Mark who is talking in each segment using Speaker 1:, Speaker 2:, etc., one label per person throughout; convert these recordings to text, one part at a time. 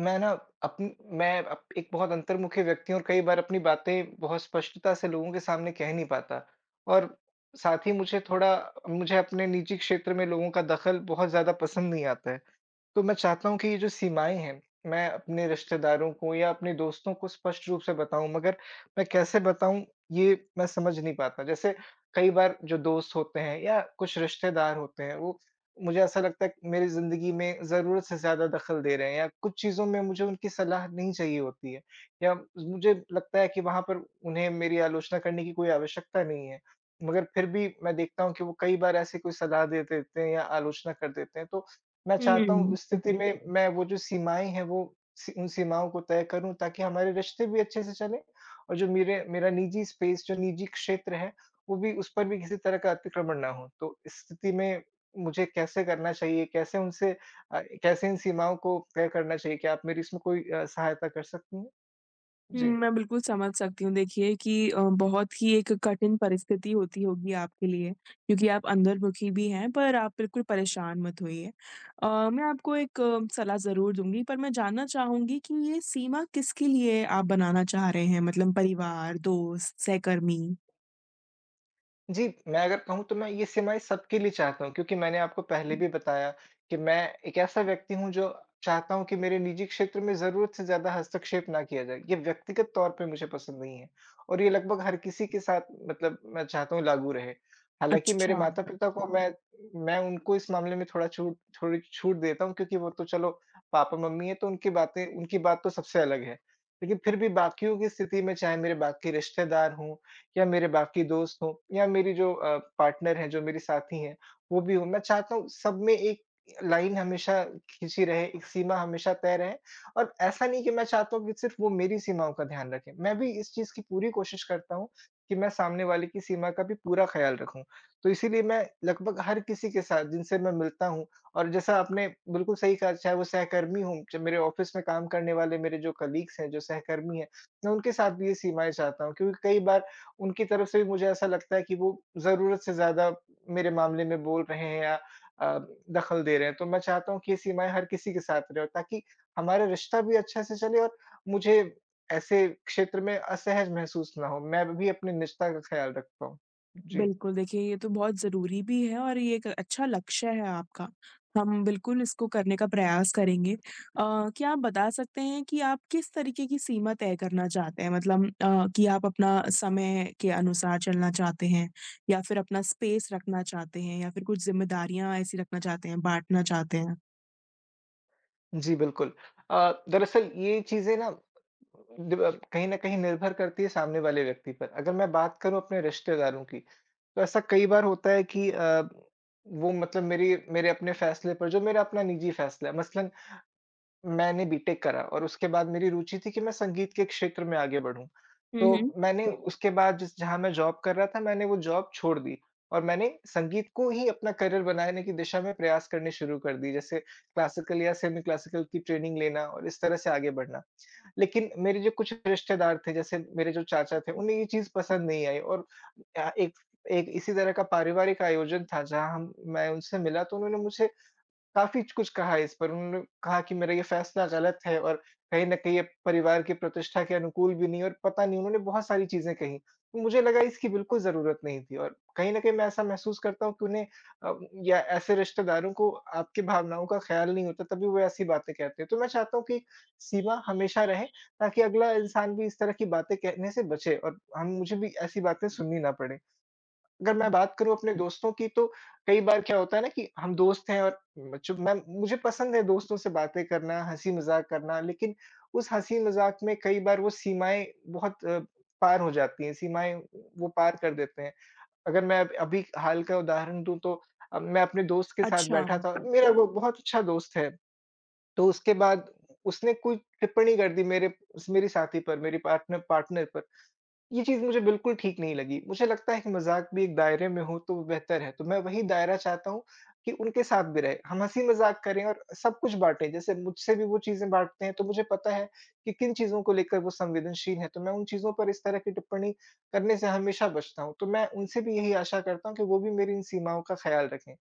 Speaker 1: मैं ना अपन मैं अप एक बहुत अंतर्मुखी व्यक्ति हूँ और कई बार अपनी बातें बहुत स्पष्टता से लोगों के सामने कह नहीं पाता। और साथ ही मुझे थोड़ा मुझे अपने निजी क्षेत्र में लोगों का दखल बहुत ज़्यादा पसंद नहीं आता है। तो मैं चाहता हूँ कि ये जो सीमाएँ हैं, मैं अपने रिश्तेदारों को या अपने दोस्तों को स्पष्ट रूप से बताऊँ मगर मैं कैसे बताऊँ ये मैं समझ नहीं पाता। जैसे कई बार जो दोस्त होते हैं या कुछ रिश्तेदार होते हैं वो मुझे ऐसा लगता है कि मेरी ज़िंदगी में ज़रूरत से ज़्यादा दखल दे रहे हैं या कुछ चीज़ों में मुझे उनकी सलाह नहीं चाहिए होती है या मुझे लगता है कि वहाँ पर उन्हें मेरी आलोचना करने की कोई आवश्यकता नहीं है। मगर फिर भी मैं देखता हूँ कि वो कई बार ऐसी कोई सलाह दे देते हैं या आलोचना कर देते हैं तो मैं चाहता हूँ
Speaker 2: हुँ।
Speaker 1: उस स्थिति में मैं वो जो सीमाएँ हैं वो सी उन सीमाओं को तय करूँ ताकि हमारे रिश्ते भी अच्छे से चलें और जो मेरे मेरा निजी स्पेस जो निजी क्षेत्र है, वो भी उस पर भी किसी तरह का अतिक्रमण ना हो। तो इस स्थिति में मुझे कैसे करना चाहिए? कैसे उनसे कैसे इन सीमाओं को तय करना चाहिए? क्या आप मेरी इसमें कोई सहायता कर सकती हैं?
Speaker 2: हुँ,
Speaker 1: जी।
Speaker 2: मैं बिल्कुल समझ सकती हूँ देखिए कि बहुत ही एक कठिन परिस्थिति होती होगी आपके लिए, क्योंकि आप अंतर्मुखी भी हैं, पर आप बिल्कुल परेशान मत होइए। अ, मैं आपको एक सलाह ज़रूर दूँगी, पर मैं जानना चाहूँगी कि ये सीमा किसके लिए आप बनाना चाह रहे हैं? मतलब परिवार, दोस्त, सहकर्मी?
Speaker 1: जी, मैं अगर कहूँ तो मैं ये सीमाएँ सबके लिए चाहता हूँ क्योंकि मैंने आपको पहले भी बताया कि मैं एक ऐसा व्यक्ति हूँ जो चाहता हूँ कि मेरे निजी क्षेत्र में ज़रूरत से ज़्यादा हस्तक्षेप ना किया जाए। ये व्यक्तिगत तौर पे मुझे पसंद नहीं है और ये लगभग हर किसी के साथ मतलब मैं चाहता हूँ लागू रहे। हालाँकि मेरे
Speaker 2: अच्छा।
Speaker 1: माता-पिता को मैं उनको इस मामले में थोड़ा छूट थोड़ी छूट देता हूँ क्योंकि वो तो चलो पापा-मम्मी हैं तो उनकी बात तो सबसे अलग है। लेकिन फिर भी बाकियों की स्थिति में चाहे मेरे बाकी रिश्तेदार हों या मेरे बाकी दोस्त हों या मेरी जो पार्टनर हैं, जो मेरे साथी हैं, वो भी हों। मैं चाहता हूँ सब में एक लाइन हमेशा खींची रहे, एक सीमा हमेशा तय रहे और ऐसा नहीं कि मैं चाहता हूँ कि सिर्फ़ वो मेरी सीमाओं का ध्यान रखें। मैं भी इस चीज़ की पूरी कोशिश करता हूँ कि मैं सामने वाले की सीमा का भी पूरा ख़्याल रखूँ। तो इसीलिए मैं लगभग हर किसी के साथ जिनसे मैं मिलता हूँ और जैसा आपने बिल्कुल सही कहा, चाहे वो सहकर्मी हों, च मेरे ऑफ़िस में काम करने वाले मेरे जो कलीग्स हैं, जो सहकर्मी हैं, मैं उनके साथ भी ये सीमाएँ चाहता हूँ क्योंकि कई बार उनकी तरफ से भी मुझे ऐसा लगता है कि वो ज़रूरत से ज़्यादा मेरे मामले में बोल रहे हैं या अ, दखल दे रहे हैं। तो मैं चाहता हूँ कि ये सीमाएँ हर किसी के साथ रहे और ताकि हमारा रिश्ता भी अच्छे से चले और मुझे ऐसे क्षेत्र में असहज महसूस ना हो। मैं भी अपनी निजता का ख़्याल रख पाऊँ। जी।
Speaker 2: बिल्कुल, देखिए ये तो बहुत ज़रूरी भी है और ये एक अच्छा लक्ष्य है आपका। हम बिल्कुल इसको करने का प्रयास करेंगे। क्या आप बता सकते हैं कि आप किस तरीके की सीमा तय करना चाहते हैं? मतलब कि आप अपना समय के अनुसार चलना चाहते हैं या फिर अपना स्पेस रखना चाहते हैं या फिर कुछ ज़िम्मेदारियाँ ऐसी रखना चाहते हैं, बाँटना चाहते हैं?
Speaker 1: जी, बिल्कुल। दरअसल ये चीज़ें ना डिव कहीं न कहीं निर्भर करती है सामने वाले व्यक्ति पर। अगर मैं बात करूँ अपने रिश्तेदारों की, तो ऐसा कई बार होता है कि वो मतलब मेरी मेरे अपने फ़ैसले पर जो मेरा अपना निजी फ़ैसला है, मसलन मैंने बीटेक करा और उसके बाद मेरी रुचि थी कि मैं संगीत के क्षेत्र में आगे बढ़ूँ।
Speaker 2: हुँ, हुँ।
Speaker 1: तो मैंने उसके बाद जिस जहाँ मैं जॉब कर रहा था, मैंने वो जॉब छोड़ दी और मैंने संगीत को ही अपना करियर बनाने की दिशा में प्रयास करने शुरू कर दिए। जैसे क्लासिकल या सेमी क्लासिकल की ट्रेनिंग लेना और इस तरह से आगे बढ़ना। लेकिन मेरे जो कुछ रिश्तेदार थे, जैसे मेरे जो चाचा थे, उन्हें ये चीज़ पसंद नहीं आई और अ, एक एक इसी तरह का पारिवारिक आयोजन था, जहाँ हम मैं उनसे मिला तो उन्होंने मुझे काफ़ी कुछ कहा है इस पर, उन्होंने कहा कि मेरा ये फैसला गलत है और कहीं न कहीं ये परिवार की प्रतिष्ठा के अनुकूल भी नहीं है और पता नहीं उन्होंने बहुत सारी चीज़ें कहीं। तो मुझे लगा इसकी बिल्कुल ज़रूरत नहीं थी और कहीं न कहीं मैं ऐसा महसूस करता हूँ कि अ, या ऐसे रिश्तेदारों को आपकी भावनाओं का ख़्याल नहीं होता तभी वो ऐसी बातें कहते हैं। तो मैं चाहता हूँ कि सीमा हमेशा रहे ताकि अगला इंसान भी इस तरह की बातें कहने से बचे और हम मुझे भी ऐसी बातें सुननी ना पड़े। अगर मैं बात करूँ अपने दोस्तों की तो कई बार क्या होता है ना कि हम दोस्त हैं और मतलब मैं मुझे पसंद है दोस्तों से बातें करना, हँसी-मज़ाक करना, लेकिन उस हँसी-मज़ाक में कई बार वो सीमाएँ बहुत पार हो जाती हैं, सीमाएँ वो पार कर देते हैं। अगर मैं अब अभी हाल का उदाहरण दूँ तो मैं अपने दोस्त के साथ
Speaker 2: अच्छा।
Speaker 1: बैठा था, मेरा वो बहुत अच्छा दोस्त है, तो उसके बाद उसने कोई टिप्पणी कर दी मेरे स मेरी साथी पर, मेरी पार्टनर पार्टनर पर। ये चीज़ मुझे बिल्कुल ठीक नहीं लगी। मुझे लगता है कि मज़ाक भी एक दायरे में हो तो वो बेहतर है, तो मैं वही दायरा चाहता हूँ कि उनके साथ भी रहे। हम हँसी-मज़ाक करें और सब कुछ बाँटें, जैसे मुझसे भी वो चीज़ें बाँटते हैं, तो मुझे पता है कि किन चीज़ों को लेकर वो संवेदनशील हैं, तो मैं उन चीज़ों पर इस तरह की टिप्पणी करने से हमेशा बचता हूँ। तो मैं उनसे भी यही आशा करता हूँ कि वो भी मेरी इन सीमाओं का ख़्याल रखें।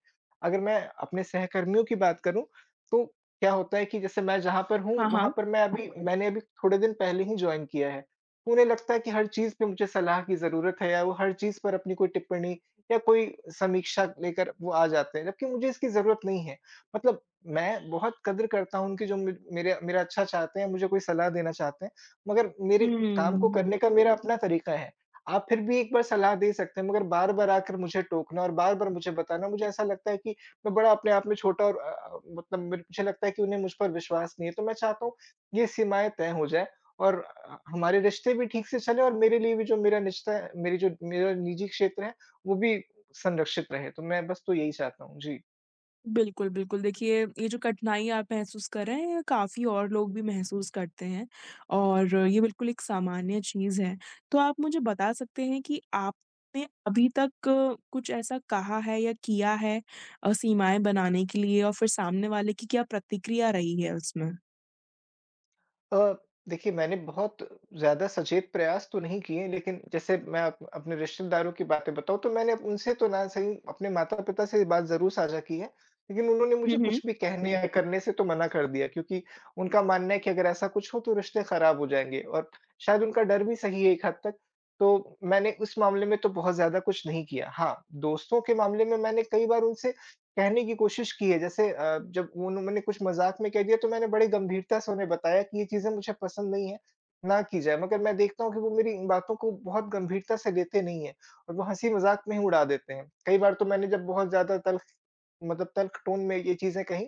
Speaker 1: अगर मैं अपने सहकर्मियों की बात करूँ, तो क्या होता है कि जैसे मैं जहाँ पर हूँ,
Speaker 2: हाँ,
Speaker 1: वहाँ
Speaker 2: हाँ।
Speaker 1: पर मैंने अभी थोड़े दिन पहले ही जॉइन किया है। उन्हें लगता है कि हर चीज़ पे मुझे सलाह की ज़रूरत है या वो हर चीज़ पर अपनी कोई टिप्पणी या कोई समीक्षा लेकर वो आ जाते हैं, जबकि मुझे इसकी ज़रूरत नहीं है। मतलब मैं बहुत कदर करता हूँ उनकी जो मे मेरे मेरा अच्छा चाहते हैं, मुझे कोई सलाह देना चाहते हैं, मगर मेरे काम को
Speaker 2: हुँ।
Speaker 1: करने का मेरा अपना तरीका है। आप फिर भी एक बार सलाह दे सकते हैं, मगर बार-बार आकर मुझे टोकना और बार-बार मुझे बताना, मुझे ऐसा लगता है कि मैं बड़ा अपने आप में छोटा और मतलब मुझे लगता है कि उन्हें मुझ पर विश्वास नहीं है। तो मैं चाहता हूँ, ये सीमाएँ तय हो जाएँ और हमारे रिश्ते भी ठीक से चले और मेरे लिए भी जो मेरा निजता मेरी जो मेरा निजी क्षेत्र है, वो भी संरक्षित रहे। तो मैं बस तो यही चाहता हूँ। जी।
Speaker 2: बिल्कुल, बिल्कुल। देखिए, ये जो कठिनाई आप महसूस कर रहे हैं, ये काफ़ी और लोग भी महसूस करते हैं और ये बिल्कुल एक सामान्य चीज़ है। तो आप मुझे बता सकते हैं कि आपने अभी तक कुछ ऐसा कहा है या किया है सीमाएँ बनाने के लिए और फिर सामने वाले की क्या प्रतिक्रिया रही है उसमें?
Speaker 1: अ, देखिए मैंने बहुत ज़्यादा सचेत प्रयास तो नहीं किए लेकिन जैसे मैं अप अपने रिश्तेदारों की बातें बताऊँ तो मैंने उनसे तो ना सही अपने माता-पिता से ये बात ज़रूर साझा की है, लेकिन उन्होंने
Speaker 2: हुँ,
Speaker 1: मुझे
Speaker 2: हुँ।
Speaker 1: कुछ भी कहने या करने से तो मना कर दिया क्योंकि उनका मानना है कि अगर ऐसा कुछ हो तो रिश्ते ख़राब हो जाएँगे और शायद उनका डर भी सही है एक हद तक। तो मैंने उस मामले में तो बहुत ज़्यादा कुछ नहीं किया। हाँ, दोस्तों के मामले में मैंने कई बार उनसे कहने की कोशिश की है जैसे जब उन्होंने कुछ मज़ाक में कह दिया तो मैंने बड़ी गंभीरता से उन्हें बताया कि ये चीज़ें मुझे पसंद नहीं है, ना की जाए। मगर मैं देखता हूँ कि वो मेरी इन बातों को बहुत गंभीरता से लेते नहीं हैं और वो हँसी-मज़ाक में ही उड़ा देते हैं। कई बार तो मैंने जब बहुत ज़्यादा तल्ख़ टोन में ये चीज़ें कहीं,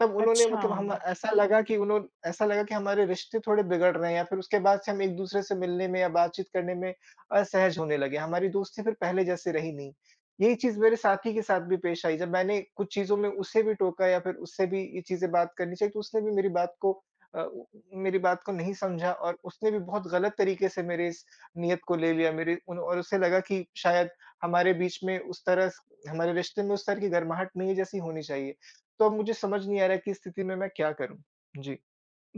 Speaker 1: तब उन्होंने
Speaker 2: अच्छा।
Speaker 1: मतलब हम ऐसा लगा कि उन्हों ऐसा लगा कि हमारे रिश्ते थोड़े बिगड़ रहे हैं या फिर उसके बाद से हम एक-दूसरे से मिलने में या बातचीत करने में असहज होने लगे। हमारी दोस्ती फिर पहले जैसी रही नहीं। यही चीज़ मेरे साथी के साथ भी पेश आई, जब मैंने कुछ चीज़ों में उसे भी टोका या फिर उससे भी ये चीज़ें बात करनी चाहिए, तो उसने भी अ, उ मेरी बात को नहीं समझा और उसने भी बहुत गलत तरीके से मेरे इस नियत को ले लिया मेरे उन और उसे लगा कि शायद हमारे बीच में उस तरह स हमारे रिश्ते में उस तरह की गर्माहट नहीं है जैसी होनी चाहिए। तो अब मुझे समझ नहीं आ रहा है कि इस स्थिति में मैं क्या करूँ? जी।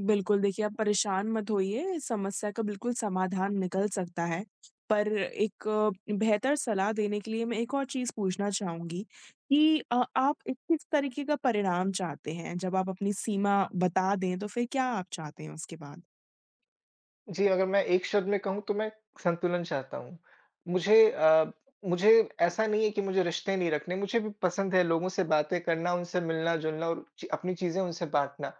Speaker 2: बिल्कुल, देखिए आप परेशान मत होइए, इस समस्या का बिल्कुल समाधान निकल सकता है। पर एक बेहतर सलाह देने के लिए मैं एक और चीज़ पूछना चाहूँगी कि आप एक किस तरीके का परिणाम चाहते हैं? जब आप अपनी सीमा बता दें, तो फिर क्या आप चाहते हैं उसके बाद?
Speaker 1: जी, अगर मैं एक शब्द में कहूँ तो मैं संतुलन चाहता हूँ। मुझे अ, मुझे ऐसा नहीं है कि मुझे रिश्ते नहीं रखने, मुझे भी पसंद है लोगों से बातें करना, उनसे मिलना-जुलना और ची अपनी चीज़ें उनसे बाँटना।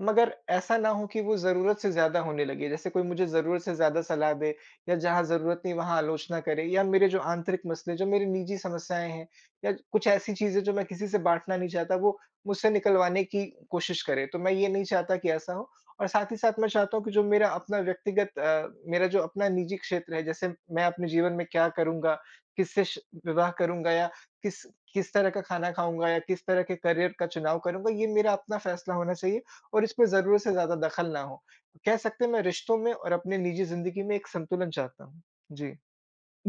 Speaker 1: मगर ऐसा ना हो कि वो ज़रूरत से ज़्यादा होने लगे। जैसे कोई मुझे ज़रूरत से ज़्यादा सलाह दे या जहाँ ज़रूरत नहीं वहाँ आलोचना करे या मेरे जो आंतरिक मसले, जो मेरी निजी समस्याएँ हैं या कुछ ऐसी चीज़ें जो मैं किसी से बाँटना नहीं चाहता, वो मुझसे निकलवाने की कोशिश करे। तो मैं ये नहीं चाहता कि ऐसा हो और साथ ही साथ मैं चाहता हूँ कि जो मेरा अपना व्यक्तिगत अ, मेरा जो अपना निजी क्षेत्र है, जैसे मैं अपने जीवन में क्या करूँगा, किससे श विवाह करूँगा या किस किस तरह का खाना खाऊँगा या किस तरह के करियर का चुनाव करूँगा, ये मेरा अपना फैसला होना चाहिए और इसमें ज़रूरत से ज़्यादा दखल ना हो। कह सकते हैं मैं रिश्तों में और अपने निजी ज़िंदगी में एक संतुलन चाहता हूँ। जी।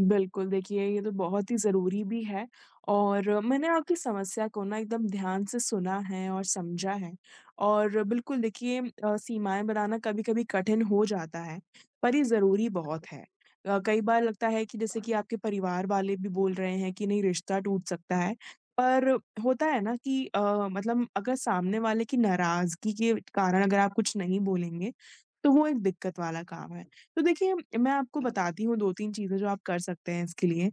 Speaker 2: बिल्कुल, देखिए ये तो बहुत ही ज़रूरी भी है और मैंने आपकी समस्या को ना एकदम ध्यान से सुना है और समझा है और बिल्कुल देखिए, सीमाएँ बनाना कभी-कभी कठिन हो जाता है, पर ये ज़रूरी बहुत है। कई बार लगता है कि जैसे कि आपके परिवार वाले भी बोल रहे हैं कि नहीं रिश्ता टूट सकता है, पर होता है ना कि मतलब अगर सामने वाले की नाराज़गी के कारण अगर आप कुछ नहीं बोलेंगे, तो वो एक दिक्कत वाला काम है। तो देखिए, मैं आपको बताती हूँ 2-3 चीज़ें जो आप कर सकते हैं इसके लिए।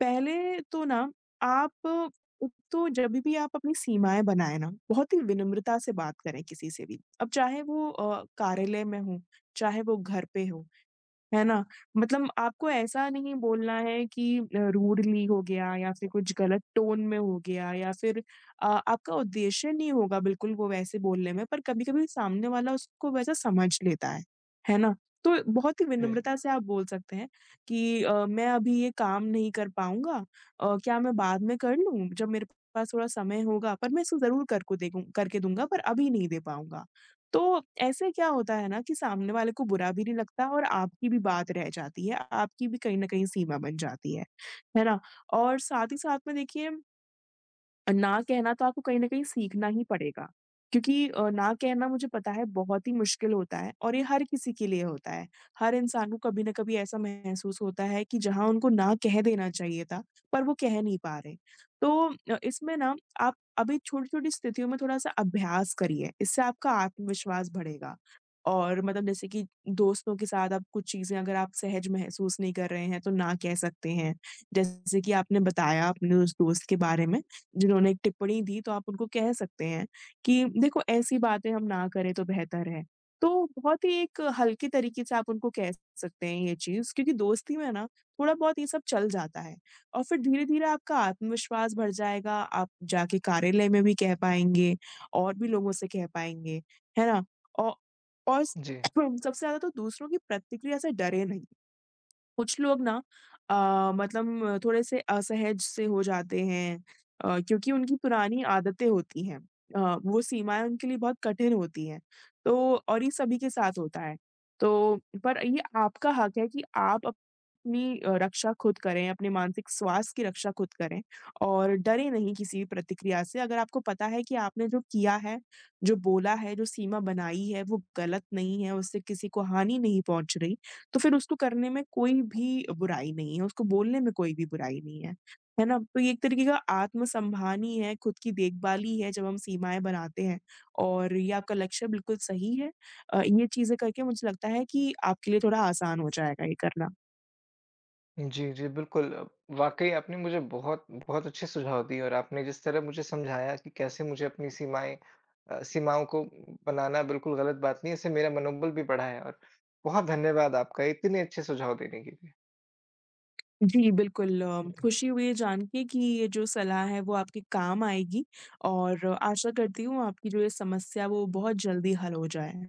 Speaker 2: पहले तो ना आप एक तो जब भी आप अपनी सीमाएँ बनाएँ ना, बहुत ही विनम्रता से बात करें किसी से भी। अब चाहे वो कार्यालय में हो, चाहे वो घर पे हो। है ना? मतलब आपको ऐसा नहीं बोलना है कि रूडली हो गया या फिर कुछ गलत टोन में हो गया या फिर आपका उद्देश्य नहीं होगा बिल्कुल वो वैसे बोलने में पर कभी-कभी सामने वाला उसको वैसा समझ लेता है ना? तो बहुत ही विनम्रता से आप बोल सकते हैं कि मैं अभी ये काम नहीं कर पाऊँगा, क्या मैं बाद में कर लूँ? जब मेरे पास थोड़ा समय होगा पर मैं इसको ज़रूर करको देखूँ करके दूँगा पर अभी नहीं दे पाऊँगा। तो ऐसे क्या होता है ना कि सामने वाले को बुरा भी नहीं लगता और आपकी भी बात रह जाती है, आपकी भी कहीं न कहीं सीमा बन जाती है ना? और साथ ही साथ में देखिए, ना कहना तो आपको कहीं न कहीं सीखना ही पड़ेगा, क्योंकि ना कहना मुझे पता है बहुत ही मुश्किल होता है और ये हर किसी के लिए होता है। हर इंसान को कभी न कभी ऐसा महसूस होता है कि जहाँ उनको ना कह देना चाहिए था, पर वो कह नहीं पा रहे। तो इसमें ना आप अभी छोटी-छोटी स्थितियों में थोड़ा-सा अभ्यास करिए, इससे आपका आत्मविश्वास बढ़ेगा। और मतलब जैसे कि दोस्तों के साथ आप कुछ चीज़ें अगर आप सहज महसूस नहीं कर रहे हैं, तो ना कह सकते हैं। जैसे कि आपने बताया अपने उस दोस्त के बारे में, जिन्होंने एक टिप्पणी दी तो आप उनको कह सकते हैं कि देखो ऐसी बातें हम ना करें तो बेहतर है। तो बहुत ही एक हल्के तरीके से आप उनको कह सकते हैं ये चीज़ क्योंकि दोस्ती में ना थोड़ा-बहुत ये सब चल जाता है और फिर धीरे-धीरे आपका आत्मविश्वास बढ़ जाएगा, आप जाके कार्यालय में भी कह पाएँगे और भी लोगों से कह पाएँगे, है ना? औ और
Speaker 1: जी।
Speaker 2: सबसे ज़्यादा तो दूसरों की प्रतिक्रिया से डरे नहीं। कुछ लोग ना मतलब थोड़े से असहज से हो जाते हैं, क्योंकि उनकी पुरानी आदतें होती हैं। वो सीमाएँ उनके लिए बहुत कठिन होती हैं। तो और ये सभी के साथ होता है। तो पर ये आपका हक है कि आप अपनी रक्षा खुद करें, अपने मानसिक स्वास्थ्य की रक्षा खुद करें और डरें नहीं किसी भी प्रतिक्रिया से। अगर आपको पता है कि आपने जो किया है, जो बोला है, जो सीमा बनाई है, वो गलत नहीं है, उससे किसी को हानि नहीं पहुँच रही। तो फिर उसको करने में कोई भी बुराई नहीं है, उसको बोलने में कोई भी बुराई नहीं है, है ना? तो ये एक तरीके का आत्मसम्मान ही है, खुद की देखभाल ही है जब हम सीमाएँ बनाते हैं और ये आपका लक्ष्य बिल्कुल सही है। ये चीज़ें करके मुझे लगता है कि आपके लिए थोड़ा आसान हो जाएगा ये करना।
Speaker 1: जी, जी, बिल्कुल वाक़ई आपने मुझे बहुत बहुत अच्छे सुझाव दिए और आपने जिस तरह मुझे समझाया कि कैसे मुझे सीमाओं को बनाना बिल्कुल गलत बात नहीं है, इससे मेरा मनोबल भी बढ़ा है और बहुत धन्यवाद आपका इतने अच्छे सुझाव देने के लिए।
Speaker 2: जी, बिल्कुल खुशी हुई है जान के कि ये जो सलाह है वो आपके काम आएगी और आशा करती हूँ आपकी जो ये समस्या है वो बहुत जल्दी हल हो जाए।